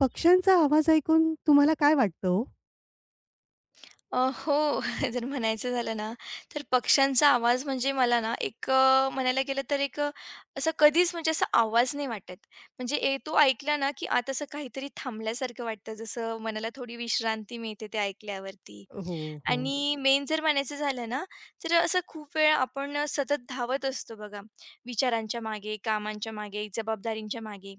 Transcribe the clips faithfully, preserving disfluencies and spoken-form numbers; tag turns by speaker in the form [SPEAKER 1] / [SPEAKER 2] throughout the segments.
[SPEAKER 1] पक्ष्यांचा आवाज ऐकून तुम्हाला काय वाटतं?
[SPEAKER 2] अ, हो. जर म्हणायचं झालं ना, तर पक्ष्यांचा आवाज म्हणजे मला ना एक अ, म्हणायला गेलं तर एक अ, असं कधीच म्हणजे असा आवाज नाही वाटत. म्हणजे ए तो ऐकला ना, की आता असं काहीतरी थांबल्यासारखं वाटतं. जसं मनाला थोडी विश्रांती मिळते ते ऐकल्यावरती.
[SPEAKER 1] हो? हो, हो.
[SPEAKER 2] आणि मेन जर म्हणायचं झालं ना, तर असं खूप वेळा आपण अ, सतत धावत असतो बघा, विचारांच्या मागे, कामांच्या मागे, जबाबदारींच्या मागे.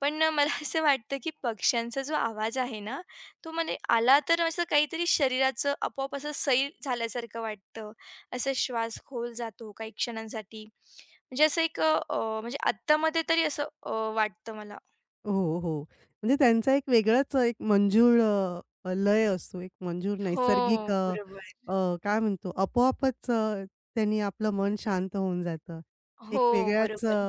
[SPEAKER 2] पण मला असं वाटतं, की पक्ष्यांचा जो आवाज आहे ना, तो म्हणे आला तर असं काहीतरी शरीराचं आपोआप असं सैल झाल्यासारखं वाटतं. असा श्वास खोल जातो काही क्षणांसाठी. म्हणजे असं एक अ, म्हणजे आत्तामध्ये तरी असं अ, वाटतं मला.
[SPEAKER 1] हो, हो. म्हणजे त्यांचा एक वेगळाच एक मंजूळ अ, अ, लय असतो. एक मंजूळ नैसर्गिक
[SPEAKER 2] हो,
[SPEAKER 1] अ,
[SPEAKER 2] बरोबर.
[SPEAKER 1] अ, काय म्हणतो आपोआपच अ, त्यांनी आपलं मन शांत होऊन जातं. एक
[SPEAKER 2] हो,
[SPEAKER 1] वेगळ्याच अ,
[SPEAKER 2] बरोबर.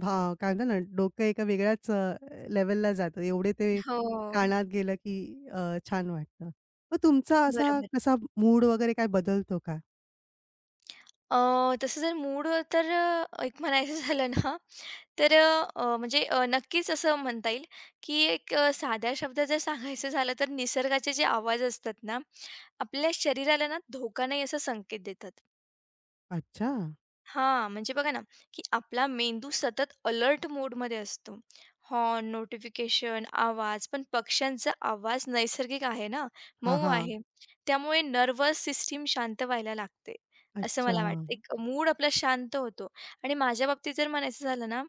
[SPEAKER 1] भा काय म्हणतात ना, डोकं एका वेगळ्याच अ, लेव्हलला जातं. एवढे ते
[SPEAKER 2] हो,
[SPEAKER 1] कानात गेलं की अ, छान वाटतं. मग तुमचा असा
[SPEAKER 2] बरोबर.
[SPEAKER 1] कसा मूड वगैरे काय बदलतो का?
[SPEAKER 2] अ, तसं जर मूड तर अ, एक म्हणायचं झालं ना, तर अ, म्हणजे अ, नक्कीच असं म्हणता येईल, की एक अ, साध्या शब्दात जर सांगायचं झालं तर निसर्गाचे जे आवाज असतात ना, आपल्या शरीराला ना धोका नाही असा संकेत देतात.
[SPEAKER 1] अच्छा.
[SPEAKER 2] हां, म्हणजे बघा ना, की आपला मेंदू सतत अलर्ट मोडमध्ये असतो. हॉर्न, नोटिफिकेशन, आवाज पण पक्ष्यांचा आवाज नैसर्गिक आहे ना,
[SPEAKER 1] हां,
[SPEAKER 2] मऊ
[SPEAKER 1] हां.
[SPEAKER 2] आहे. त्यामुळे नर्वस सिस्टीम शांत व्हायला लागते, असं
[SPEAKER 1] अच्छा.
[SPEAKER 2] मला वाटतं. एक मूड आपला शांत होतो आणि माझ्या बाबतीत जर म्हणायचं झालं ना,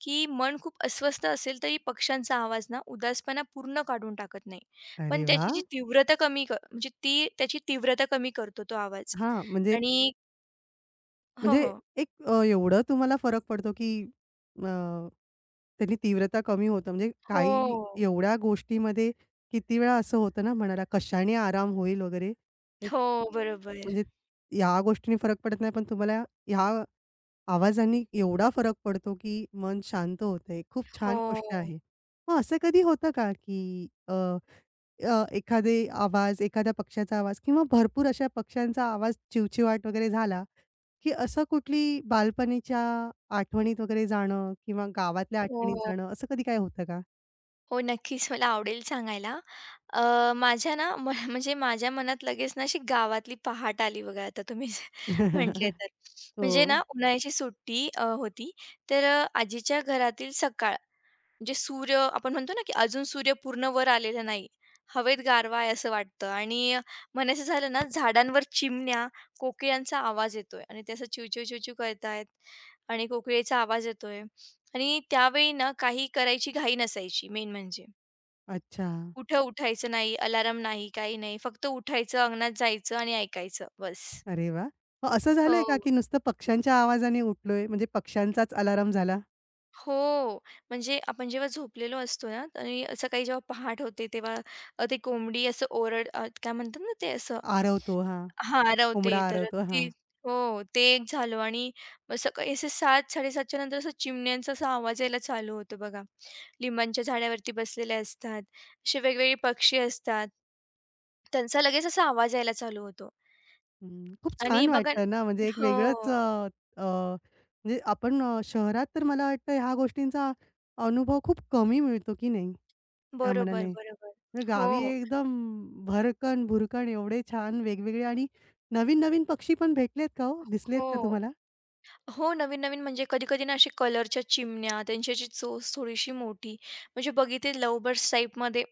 [SPEAKER 2] की मन खूप अस्वस्थ असेल तरी पक्ष्यांचा आवाज ना उदासपणा पूर्ण काढून टाकत नाही.
[SPEAKER 1] अरे
[SPEAKER 2] पण त्याची
[SPEAKER 1] वाह!
[SPEAKER 2] जी तीव्रता कमी क म्हणजे ती त्याची तीव्रता कमी करतो तो आवाज
[SPEAKER 1] हां, म्हणजे
[SPEAKER 2] आणि हो,
[SPEAKER 1] म्हणजे
[SPEAKER 2] हो.
[SPEAKER 1] एक अ, एवढं तुम्हाला फरक पडतो, की अ, त्याची तीव्रता कमी होतं. म्हणजे काही
[SPEAKER 2] हो.
[SPEAKER 1] एवढ्या गोष्टीमध्ये किती वेळा असं होतं ना म्हणाला, कशाने आराम होईल वगैरे.
[SPEAKER 2] हो, बरोबर.
[SPEAKER 1] म्हणजे या गोष्टीने फरक पडत नाही, पण तुम्हाला ह्या आवाजांनी एवढा फरक पडतो, की मन शांत होतंय. खूप छान गोष्ट
[SPEAKER 2] हो,
[SPEAKER 1] आहे. मग असं कधी होतं का, की अ, अ, एखादे आवाज, एखाद्या पक्ष्याचा आवाज किंवा भरपूर अशा पक्ष्यांचा आवाज चिवचिवाट वगैरे झाला, की असं कुठली बालपणीच्या आठवणीत वगैरे जाणं किंवा गावातल्या
[SPEAKER 2] हो,
[SPEAKER 1] आठवणीत
[SPEAKER 2] हो.
[SPEAKER 1] जाणं, असं कधी काय होतं का?
[SPEAKER 2] हो, नक्कीच मला आवडेल सांगायला. अ, माझ्या ना म म्हणजे माझ्या मनात लगेच ना अशी गावातली पहाट आली बघा आता तुम्ही म्हटले तर. म्हणजे
[SPEAKER 1] हो.
[SPEAKER 2] ना उन्हाळ्याची सुट्टी अ, होती तर अ, आजीच्या घरातील सकाळ म्हणजे सूर्य आपण म्हणतो ना, की अजून सूर्य पूर्ण वर आलेला नाही. हवेत गारवा आहे असं वाटतं आणि म्हणायचं झालं ना, झाडांवर चिमण्या, कोकिळांचा आवाज येतोय आणि ते असं चिवचिव, चिवचिव करतायत आणि कोकिळेचा आवाज येतोय आणि त्यावेळी ना, काही करायची घाई नसायची मेन म्हणजे.
[SPEAKER 1] अच्छा.
[SPEAKER 2] कुठं उठायचं नाही, अलार्म नाही, काही नाही. फक्त उठायचं, अंगणात जायचं आणि ऐकायचं बस.
[SPEAKER 1] अरे वाह! मग असं झालंय
[SPEAKER 2] हो.
[SPEAKER 1] का, की नुसतं पक्ष्यांच्या आवाजाने उठलोय, म्हणजे पक्ष्यांचाच अलार्म झाला?
[SPEAKER 2] हो. म्हणजे आपण जेव्हा झोपलेलो असतो ना आणि सकाळी जेव्हा पहाट होते तेव्हा अ, ते कोंबडी असं ओरड अ, काय म्हणतात ना ते असं
[SPEAKER 1] आरवतो हां.
[SPEAKER 2] हां, रवते.
[SPEAKER 1] कोंबडा
[SPEAKER 2] तर
[SPEAKER 1] आरवतो
[SPEAKER 2] ती
[SPEAKER 1] हां.
[SPEAKER 2] हो, ते एक झालं आणि मग सकाळी असे सात-7:30च्या नंतर असं चिमण्यांचा असा आवाज यायला चालू होतो बघा. लिंबांच्या झाडावरती बसलेले असतात. असे वेगवेगळे पक्षी असतात. त्यांचा लगेच असा आवाज यायला चालू होतो
[SPEAKER 1] हं, खूप
[SPEAKER 2] आणि
[SPEAKER 1] छान
[SPEAKER 2] बघा
[SPEAKER 1] वाटतं ना, म्हणजे एक
[SPEAKER 2] हो.
[SPEAKER 1] वेगळंच अ, अ, म्हणजे आपण अ, शहरात तर मला वाटतं ह्या गोष्टींचा अनुभव खूप कमी मिळतो की नाही, त्या
[SPEAKER 2] बरोबर,
[SPEAKER 1] मानाने?
[SPEAKER 2] बरोबर.
[SPEAKER 1] तर गावी
[SPEAKER 2] हो,
[SPEAKER 1] एकदम भरकन, भुरकन एवढे छान वेगवेगळे आणि नवीन-नवीन पक्षी पण भेटलेत का हो? दिसलेत का
[SPEAKER 2] हो.
[SPEAKER 1] तुम्हाला?
[SPEAKER 2] हो, नवीन-नवीन म्हणजे कधी-कधी ना अशी कलरच्या चिमण्या, त्यांची अशी चोच थोडीशी मोठी. म्हणजे बघितले लव्ह बर्ड्स टाईपमध्ये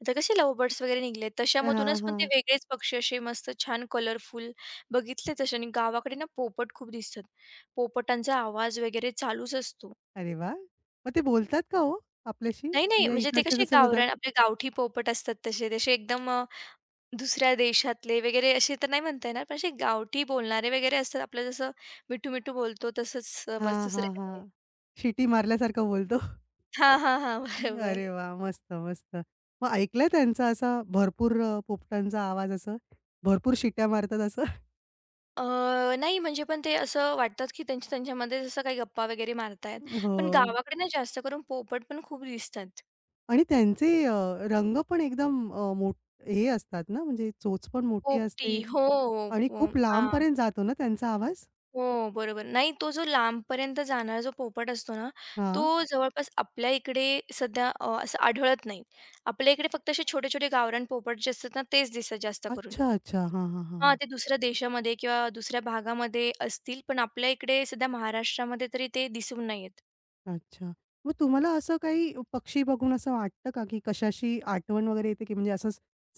[SPEAKER 2] आता कसे लव्ह बर्ड्स वगैरे निघलेत,
[SPEAKER 1] हां,
[SPEAKER 2] तशामधूनच पण ते
[SPEAKER 1] हां.
[SPEAKER 2] वेगळेच पक्षी असे मस्त छान कलरफुल बघितले तसे आणि गावाकडे ना पोपट खूप दिसतात. पोपटांचा आवाज वगैरे चालूच असतो.
[SPEAKER 1] अरे वाह! मग ते बोलतात का हो आपल्याशी?
[SPEAKER 2] नाही, नाही,
[SPEAKER 1] म्हणजे
[SPEAKER 2] म्हणजे ते
[SPEAKER 1] इकडचे
[SPEAKER 2] कसे
[SPEAKER 1] जसे बोलतात.
[SPEAKER 2] गावरान आपले गावठी पोपट असतात तसे. तसे एकदम अ, दुसऱ्या देशातले वगैरे असे तर नाही म्हणता येणार, पण असे गावठी बोलणारे वगैरे असतात. आपलं जसं मिठू-मिठू बोलतो तसंच अ, बस
[SPEAKER 1] हां,
[SPEAKER 2] दुसरे
[SPEAKER 1] हां,
[SPEAKER 2] काही नाही.
[SPEAKER 1] हां. शिटी मारल्यासारखं बोलतो.
[SPEAKER 2] हां, हां, हां. बरोबर.
[SPEAKER 1] अरे वाह! मस्त, मस्त. मग ऐकलंय त्यांचा असा भरपूर अ, पोपटांचा आवाज असं? भरपूर शिट्या मारतात असं?
[SPEAKER 2] अ, नाही म्हणजे पण ते असं वाटतात, की त्यांच्या त्यांच्यामध्ये जसं काही गप्पा वगैरे मारतायत.
[SPEAKER 1] हो.
[SPEAKER 2] पण हं. गावाकडे ना जास्त करून पोपट पण खूप दिसतात.
[SPEAKER 1] आणि त्यांचे अ, रंग पण एकदम अ, मोठ हे असतात ना, म्हणजे चोच पण मोठी असते.
[SPEAKER 2] पोपटी हो,
[SPEAKER 1] आणि
[SPEAKER 2] पो
[SPEAKER 1] खूप
[SPEAKER 2] हां.
[SPEAKER 1] लांबपर्यंत जातो ना त्यांचा आवाज?
[SPEAKER 2] हो, बरोबर. नाही तो जो लांबपर्यंत जाणारा जो पोपट असतो ना, तो
[SPEAKER 1] हां.
[SPEAKER 2] जवळपास आपल्या इकडे सध्या अ, असं आढळत नाही. आपल्या इकडे फक्त असे छोटे-छोटे गावरान पोपट जे असतात ना, तेच दिसतात जास्त करून.
[SPEAKER 1] अच्छा, अच्छा. हां, हां, हां.
[SPEAKER 2] हां, ते दुसऱ्या देशामध्ये किंवा दुसऱ्या भागामध्ये असतील, पण आपल्या इकडे सध्या महाराष्ट्रामध्ये तरी ते दिसून नाही येत.
[SPEAKER 1] अच्छा. मग तुम्हाला असं काही पक्षी बघून असं वाटतं का, की कशाची आठवण वगैरे येते, की म्हणजे असं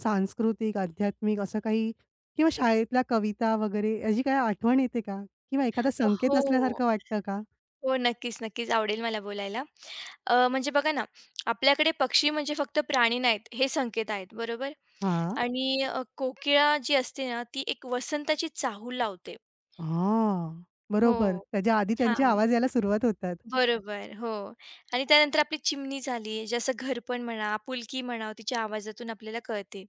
[SPEAKER 1] सांस्कृतिक, आध्यात्मिक असं काही किंवा शाळेतल्या कविता वगैरे याची काही आठवण येते का? किंवा एखादा संकेत
[SPEAKER 2] हो.
[SPEAKER 1] असल्यासारखं वाटतं का?
[SPEAKER 2] हो, नक्कीच, नक्कीच आवडेल मला बोलायला. अ, म्हणजे बघा ना, आपल्याकडे पक्षी म्हणजे फक्त प्राणी नाहीत, हे संकेत आहेत, बरोबर?
[SPEAKER 1] हां.
[SPEAKER 2] आणि अ, कोकिळा जी असते ना, ती एक वसंताची चाहूल लावते.
[SPEAKER 1] हां. बरोबर.
[SPEAKER 2] हो.
[SPEAKER 1] त्याच्या आधी त्यांचे
[SPEAKER 2] हां,
[SPEAKER 1] आवाज यायला सुरुवात होतात.
[SPEAKER 2] बरोबर. हो आणि त्यानंतर आपली चिमणी झाली, जसं घरपण म्हणा, आपुलकी म्हणा, तिच्या आवाजातून आपल्याला कळते.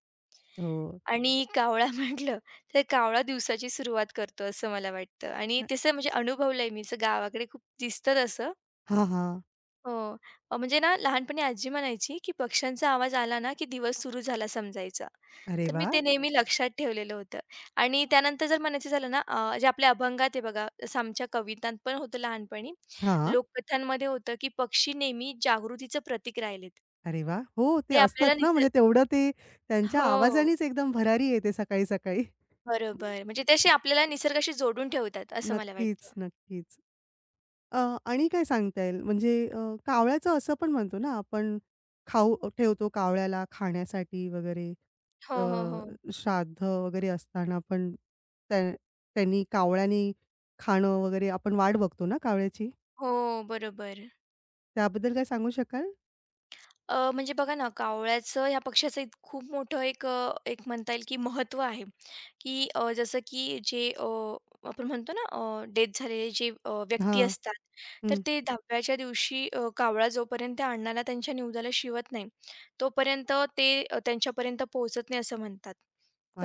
[SPEAKER 1] हो.
[SPEAKER 2] आणि कावळा म्हटलं, तर कावळा दिवसाची सुरुवात करतो, असं मला वाटतं आणि
[SPEAKER 1] अ
[SPEAKER 2] तसं म्हणजे अनुभवलंय मी, असं गावाकडे खूप दिसतं तसं.
[SPEAKER 1] हां, हां.
[SPEAKER 2] हो. अ, म्हणजे ना लहानपणी आजी म्हणायची, की पक्ष्यांचा आवाज आला ना, की दिवस सुरू झाला समजायचा.
[SPEAKER 1] अरे
[SPEAKER 2] तर मी
[SPEAKER 1] वाह!
[SPEAKER 2] ते नेहमी लक्षात ठेवलेलं होतं. आणि त्यानंतर जर म्हणायचं झालं ना, अ, जे आपल्या अभंगात आहे बघा, जसं आमच्या कवितांत पण होतं लहानपणी,
[SPEAKER 1] हां.
[SPEAKER 2] लोककथांमध्ये होतं, की पक्षी नेहमी जागृतीचं प्रतीक राहिलेत.
[SPEAKER 1] अरे वाह! हो, ते
[SPEAKER 2] ते
[SPEAKER 1] असतंच
[SPEAKER 2] आपल्याला
[SPEAKER 1] ना, म्हणजे
[SPEAKER 2] निसर्ग
[SPEAKER 1] तेवढं ते त्यांच्या
[SPEAKER 2] हो,
[SPEAKER 1] आवाजानेच एकदम भरारी येते सकाळी-सकाळी.
[SPEAKER 2] बरोबर. म्हणजे ते असे आपल्याला निसर्गाशी जोडून ठेवतात, असं मला वाटतं.
[SPEAKER 1] नक्कीच, नक्कीच. अ, आणि काय सांगता येईल म्हणजे अ, कावळ्याचं असं पण म्हणतो ना आपण, खाऊ ठेवतो कावळ्याला खाण्यासाठी वगैरे.
[SPEAKER 2] हो, हो, हो.
[SPEAKER 1] अ, श्राद्ध वगैरे असताना पण त्या त्यांनी कावळ्याने खाणं वगैरे आपण वाट बघतो ना कावळ्याची.
[SPEAKER 2] हो, बरोबर.
[SPEAKER 1] त्याबद्दल काय सांगू शकाल?
[SPEAKER 2] अ, म्हणजे बघा ना, कावळ्याचं ह्या पक्ष्याचं इत खूप मोठं एक अ, एक म्हणता येईल की महत्त्व आहे, की अ, जसं की जे अ, आपण म्हणतो ना डेथ झालेले जे अ, व्यक्ती
[SPEAKER 1] हां.
[SPEAKER 2] असतात, तर
[SPEAKER 1] हं.
[SPEAKER 2] ते दहाव्या दिवशी अ, कावळा जोपर्यंत त्या अण्णाला त्यांच्या निवदाला शिवत नाही, तोपर्यंत ते अ, त्यांच्यापर्यंत पोहोचत नाही असं म्हणतात.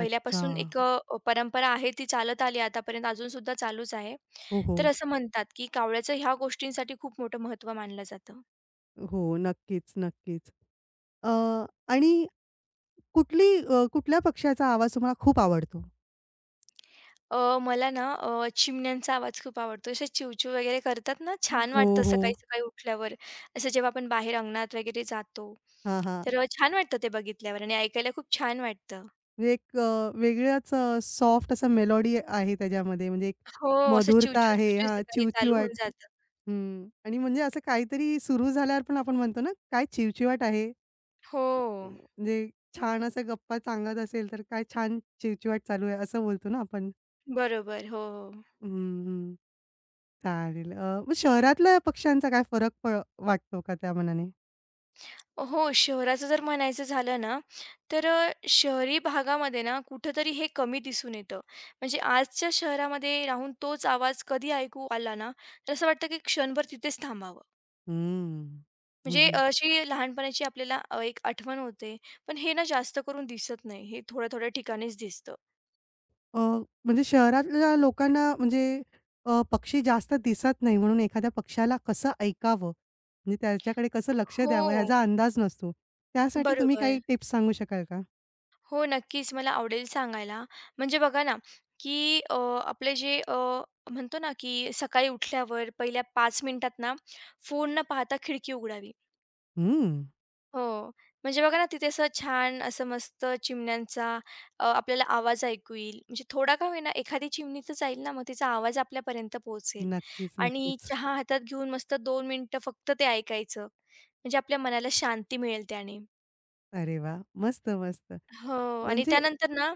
[SPEAKER 1] अच्छा.
[SPEAKER 2] एक अ, परंपरा आहे ती चालत आली आतापर्यंत अजूनसुद्धा चालूच आहे.
[SPEAKER 1] हो,
[SPEAKER 2] तर
[SPEAKER 1] हो.
[SPEAKER 2] असं म्हणतात, की कावळ्याचं ह्या गोष्टींसाठी खूप मोठं महत्त्व मानलं जातं.
[SPEAKER 1] हो, नक्कीच, नक्कीच. अ, आणि कुठली अ, कुठल्या पक्ष्याचा आवाज तुम्हाला खूप आवडतो?
[SPEAKER 2] अ, मला ना अ, चिमण्यांचा आवाज खूप आवडतो. असे चिवचिव वगैरे करतात ना, छान
[SPEAKER 1] हो,
[SPEAKER 2] वाटतं
[SPEAKER 1] हो.
[SPEAKER 2] सकाळी-सकाळी उठल्यावर. असं जेव्हा आपण बाहेर अंगणात वगैरे जातो,
[SPEAKER 1] हां, हां.
[SPEAKER 2] तर अ, छान वाटतं ते बघितल्यावर आणि ऐकायला खूप छान वाटतं.
[SPEAKER 1] म्हणजे एक अ, वेगळाच सॉफ्ट असा मेलोडी आहे त्याच्यामध्ये, म्हणजे एक
[SPEAKER 2] हो, असं
[SPEAKER 1] मधुरता
[SPEAKER 2] चिवचिव,
[SPEAKER 1] आहे.
[SPEAKER 2] चिवचिव
[SPEAKER 1] हां,
[SPEAKER 2] सकाळी चालू
[SPEAKER 1] चिवचिवाट.
[SPEAKER 2] होऊन जातं.
[SPEAKER 1] हं. आणि म्हणजे असं काहीतरी सुरू झाल्यावर पण आपण म्हणतो ना, काय चिवचिवाट आहे.
[SPEAKER 2] हो,
[SPEAKER 1] म्हणजे छान असा गप्पा सांगत असेल, तर काय छान चिवचिवाट चालू आहे, असं बोलतो ना आपण.
[SPEAKER 2] बरोबर. हो, हो.
[SPEAKER 1] हं, चालेल. अ, मग शहरातल्या पक्ष्यांचा काय फरक प वाटतो का त्या मानाने?
[SPEAKER 2] हो, शहराचं जर म्हणायचं झालं ना, तर अ, शहरी भागामध्ये ना कुठेतरी हे कमी दिसून येतं. म्हणजे आजच्या शहरामध्ये राहून तोच आवाज कधी ऐकू आला ना, तर असं वाटतं की क्षणभर तिथेच थांबावं.
[SPEAKER 1] हम्म. हं,
[SPEAKER 2] म्हणजे अ,
[SPEAKER 1] हं.
[SPEAKER 2] अशी लहानपणाची आपल्याला अ, एक आठवण होते. पण हे ना जास्त करून दिसत नाही. हे थोड्या-थोड्या ठिकाणीच दिसतं.
[SPEAKER 1] अ, म्हणजे शहरातल्या लोकांना म्हणजे अ, पक्षी जास्त दिसत नाही, म्हणून एखाद्या पक्ष्याला कसं ऐकावं? म्हणजे त्याच्याकडे कसं लक्ष द्यावं
[SPEAKER 2] हो,
[SPEAKER 1] ह्याचा अंदाज नसतो. त्यासाठी तुम्ही
[SPEAKER 2] बरोबर.
[SPEAKER 1] काही टिप्स सांगू शकाल का?
[SPEAKER 2] हो, नक्कीच मला आवडेल सांगायला. म्हणजे बघा ना, की अ, आपले जे अ, म्हणतो ना, की सकाळी उठल्यावर पहिल्या पाच मिनिटात ना, फोन न पाहता खिडकी उघडावी.
[SPEAKER 1] हं.
[SPEAKER 2] हो. म्हणजे बघा ना, तिथे असं छान असं मस्त चिमण्यांचा अ, आपल्याला आवाज ऐकू येईल. म्हणजे थोडा का होईना एखादी चिमणी तर जाईल ना, मग तिचा आवाज आपल्यापर्यंत पोहोचेल.
[SPEAKER 1] नक्कीच,
[SPEAKER 2] आणि
[SPEAKER 1] नक्कीच.
[SPEAKER 2] चहा हातात घेऊन मस्त दोन मिनिटं फक्त ते ऐकायचं. म्हणजे आपल्या मनाला शांती मिळेल त्याने.
[SPEAKER 1] अरे वाह! मस्त, मस्त.
[SPEAKER 2] हो आणि
[SPEAKER 1] म्हणजे
[SPEAKER 2] त्यानंतर ना,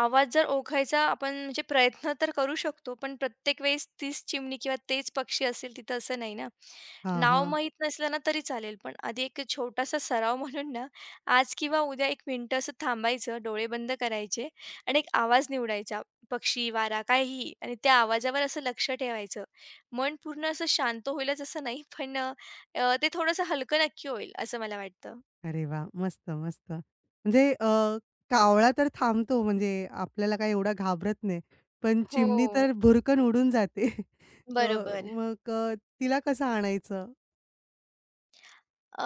[SPEAKER 2] आवाज जर ओळखायचा आपण म्हणजे प्रयत्न तर करू शकतो, पण प्रत्येक वेळेस तीच चिमणी किंवा तेच पक्षी असेल तिथं असं नाही ना.
[SPEAKER 1] हां,
[SPEAKER 2] नाव
[SPEAKER 1] हां.
[SPEAKER 2] माहीत नसलं ना तरी चालेल, पण आधी एक छोटासा सराव म्हणून ना, आज किंवा उद्या एक मिनिटं असं थांबायचं, डोळे बंद करायचे आणि एक आवाज निवडायचा. पक्षी, वारा, काहीही आणि त्या आवाजावर असं लक्ष ठेवायचं. मन पूर्ण असं शांत होईलच असं नाही, पण अ, ते थोडंसं हलकं नक्की होईल असं मला वाटतं.
[SPEAKER 1] अरे वा, मस्त, मस्त. म्हणजे अ, कावळा तर थांबतो, म्हणजे आपल्याला काही एवढा घाबरत नाही. पण
[SPEAKER 2] हो,
[SPEAKER 1] चिमणी तर भुरकन उडून जाते. अ,
[SPEAKER 2] बरोबर.
[SPEAKER 1] मग अ, तिला कसं आणायचं?
[SPEAKER 2] अ,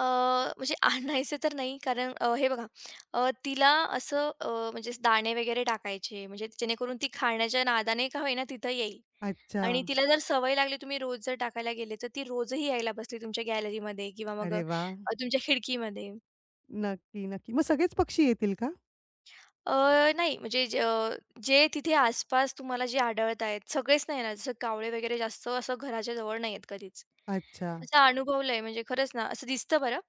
[SPEAKER 2] म्हणजे आणायचे तर नाही कारण अ, हे बघा अ, तिला असं अ, म्हणजे दाणे वगैरे टाकायचे म्हणजे जेणेकरून ती खाण्याच्या नादाने का होईना तिथं येईल.
[SPEAKER 1] अच्छा.
[SPEAKER 2] आणि तिला जर सवय लागली तुम्ही रोज जर टाकायला गेले तर ती रोजही यायला बसली तुमच्या गॅलरीमध्ये किंवा मग
[SPEAKER 1] अरे
[SPEAKER 2] अ,
[SPEAKER 1] वा,
[SPEAKER 2] तुमच्या खिडकीमध्ये.
[SPEAKER 1] नक्की, नक्की. मग सगळेच पक्षी येतील का?
[SPEAKER 2] अ, नाही म्हणजे ज जे तिथे आसपास तुम्हाला जे आढळत आहेत, सगळेच नाही येणार. जसं कावळे वगैरे जास्त असं घराच्या जवळ नाही येत कधीच.
[SPEAKER 1] अच्छा.
[SPEAKER 2] असं अनुभवलंय म्हणजे खरंच ना, असं दिसतं बरं.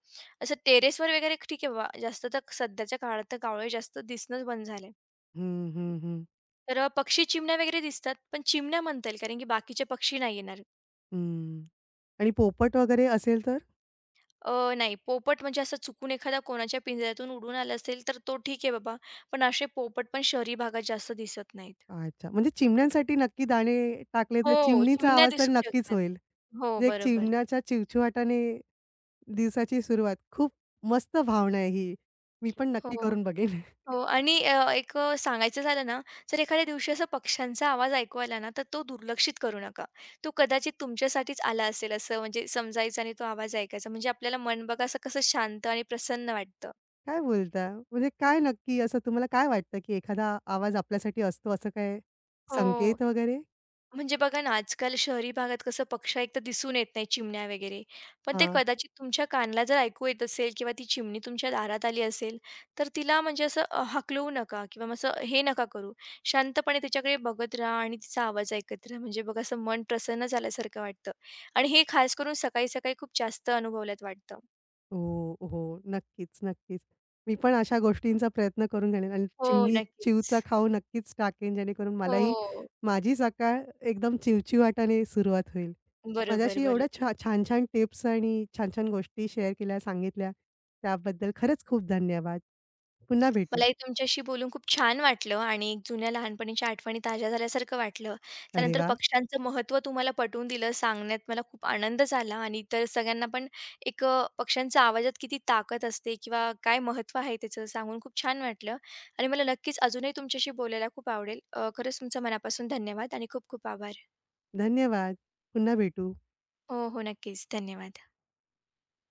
[SPEAKER 2] असं टेरेसवर वगैरे ठीक आहे बाबा, जास्त तर सध्याच्या काळात तर कावळे जास्त दिसणंच बंद झाले.
[SPEAKER 1] हं, हं, हं.
[SPEAKER 2] तर पक्षी, चिमण्या वगैरे दिसतात, पण चिमण्या म्हणता येईल कारण की बाकीचे पक्षी नाही येणार.
[SPEAKER 1] हं. आणि पोपट वगैरे असेल तर?
[SPEAKER 2] अ, नाही पोपट म्हणजे असं चुकून एखादा कोणाच्या पिंजऱ्यातून उडून आला असेल, तर तो ठीक आहे बाबा. पण असे पोपट पण शहरी भागात जास्त दिसत नाहीत.
[SPEAKER 1] अच्छा. म्हणजे चिमण्यांसाठी नक्की दाणे टाकले तर
[SPEAKER 2] हो,
[SPEAKER 1] चिमणीचा
[SPEAKER 2] चिमण्या
[SPEAKER 1] आवाज तर
[SPEAKER 2] दिसू
[SPEAKER 1] नक्कीच
[SPEAKER 2] शकतात.
[SPEAKER 1] होईल.
[SPEAKER 2] हो,
[SPEAKER 1] म्हणजे एक
[SPEAKER 2] बरोबर.
[SPEAKER 1] चिमण्याच्या चिवचिवाटाने दिवसाची सुरुवात. खूप मस्त भावना आहे ही. मी पण नक्की
[SPEAKER 2] हो,
[SPEAKER 1] करून बघेन.
[SPEAKER 2] हो. आणि अ, एक अ, सांगायचं झालं ना, जर एखाद्या दिवशी असा पक्ष्यांचा आवाज ऐकू आला ना, तर तो दुर्लक्षित करू नका. तो कदाचित तुमच्यासाठीच आला असेल असं म्हणजे समजायचं आणि तो आवाज ऐकायचा. म्हणजे आपल्याला मन बघा असं कसं शांत आणि प्रसन्न वाटतं.
[SPEAKER 1] काय बोलता? म्हणजे काय नक्की असं तुम्हाला काय वाटतं, की एखादा आवाज आपल्यासाठी असतो असं काय
[SPEAKER 2] हो.
[SPEAKER 1] संकेत वगैरे?
[SPEAKER 2] म्हणजे बघा ना, आजकाल शहरी भागात कसं पक्ष एक तर दिसून येत नाही चिमण्या वगैरे. पण ते
[SPEAKER 1] हां.
[SPEAKER 2] कदाचित तुमच्या कानला जर ऐकू येत असेल किंवा ती चिमणी तुमच्या दारात आली असेल, तर तिला म्हणजे असं अ, हाकलवू नका किंवा मग असं हे नका करू. शांतपणे तिच्याकडे बघत राहा आणि तिचा आवाज ऐकत राहा. म्हणजे बघा असं मन प्रसन्न झाल्यासारखं वाटतं आणि हे खास करून सकाळी-सकाळी खूप जास्त अनुभवल्यात वाटतं.
[SPEAKER 1] हो, हो. नक्कीच, नक्कीच. मी पण अशा गोष्टींचा प्रयत्न करून घेईन आणि
[SPEAKER 2] हो.
[SPEAKER 1] चिमणी
[SPEAKER 2] नक्कीच.
[SPEAKER 1] चिवचा खाऊ नक्कीच टाकेन, जेणेकरून मलाही
[SPEAKER 2] हो.
[SPEAKER 1] माझी सकाळ एकदम चिवचिवाटाने सुरुवात होईल.
[SPEAKER 2] बरोबर,
[SPEAKER 1] माझ्याशी
[SPEAKER 2] बरोबर.
[SPEAKER 1] एवढ्या छा छान-छान टिप्स आणि छान-छान गोष्टी शेअर केल्या, सांगितल्या, त्याबद्दल खरंच खूप धन्यवाद. पुन्हा भेटू.
[SPEAKER 2] मलाही तुमच्याशी बोलून खूप छान वाटलं आणि जुन्या लहानपणीच्या आठवणी ताज्या झाल्यासारखं वाटलं.
[SPEAKER 1] अरे
[SPEAKER 2] त्यानंतर
[SPEAKER 1] वाह!
[SPEAKER 2] पक्ष्यांचं महत्त्व तुम्हाला पटवून दिलं, सांगण्यात मला खूप आनंद झाला आणि इतर सगळ्यांना पण एक अ, पक्ष्यांच्या आवाजात किती ताकद असते किंवा काय महत्त्व आहे त्याचं सांगून खूप छान वाटलं आणि मला नक्कीच अजूनही तुमच्याशी बोलायला खूप आवडेल. अ, खरंच तुमचं मनापासून धन्यवाद आणि खूप खूप आभार.
[SPEAKER 1] धन्यवाद. पुन्हा भेटू.
[SPEAKER 2] हो, हो. नक्कीच. धन्यवाद.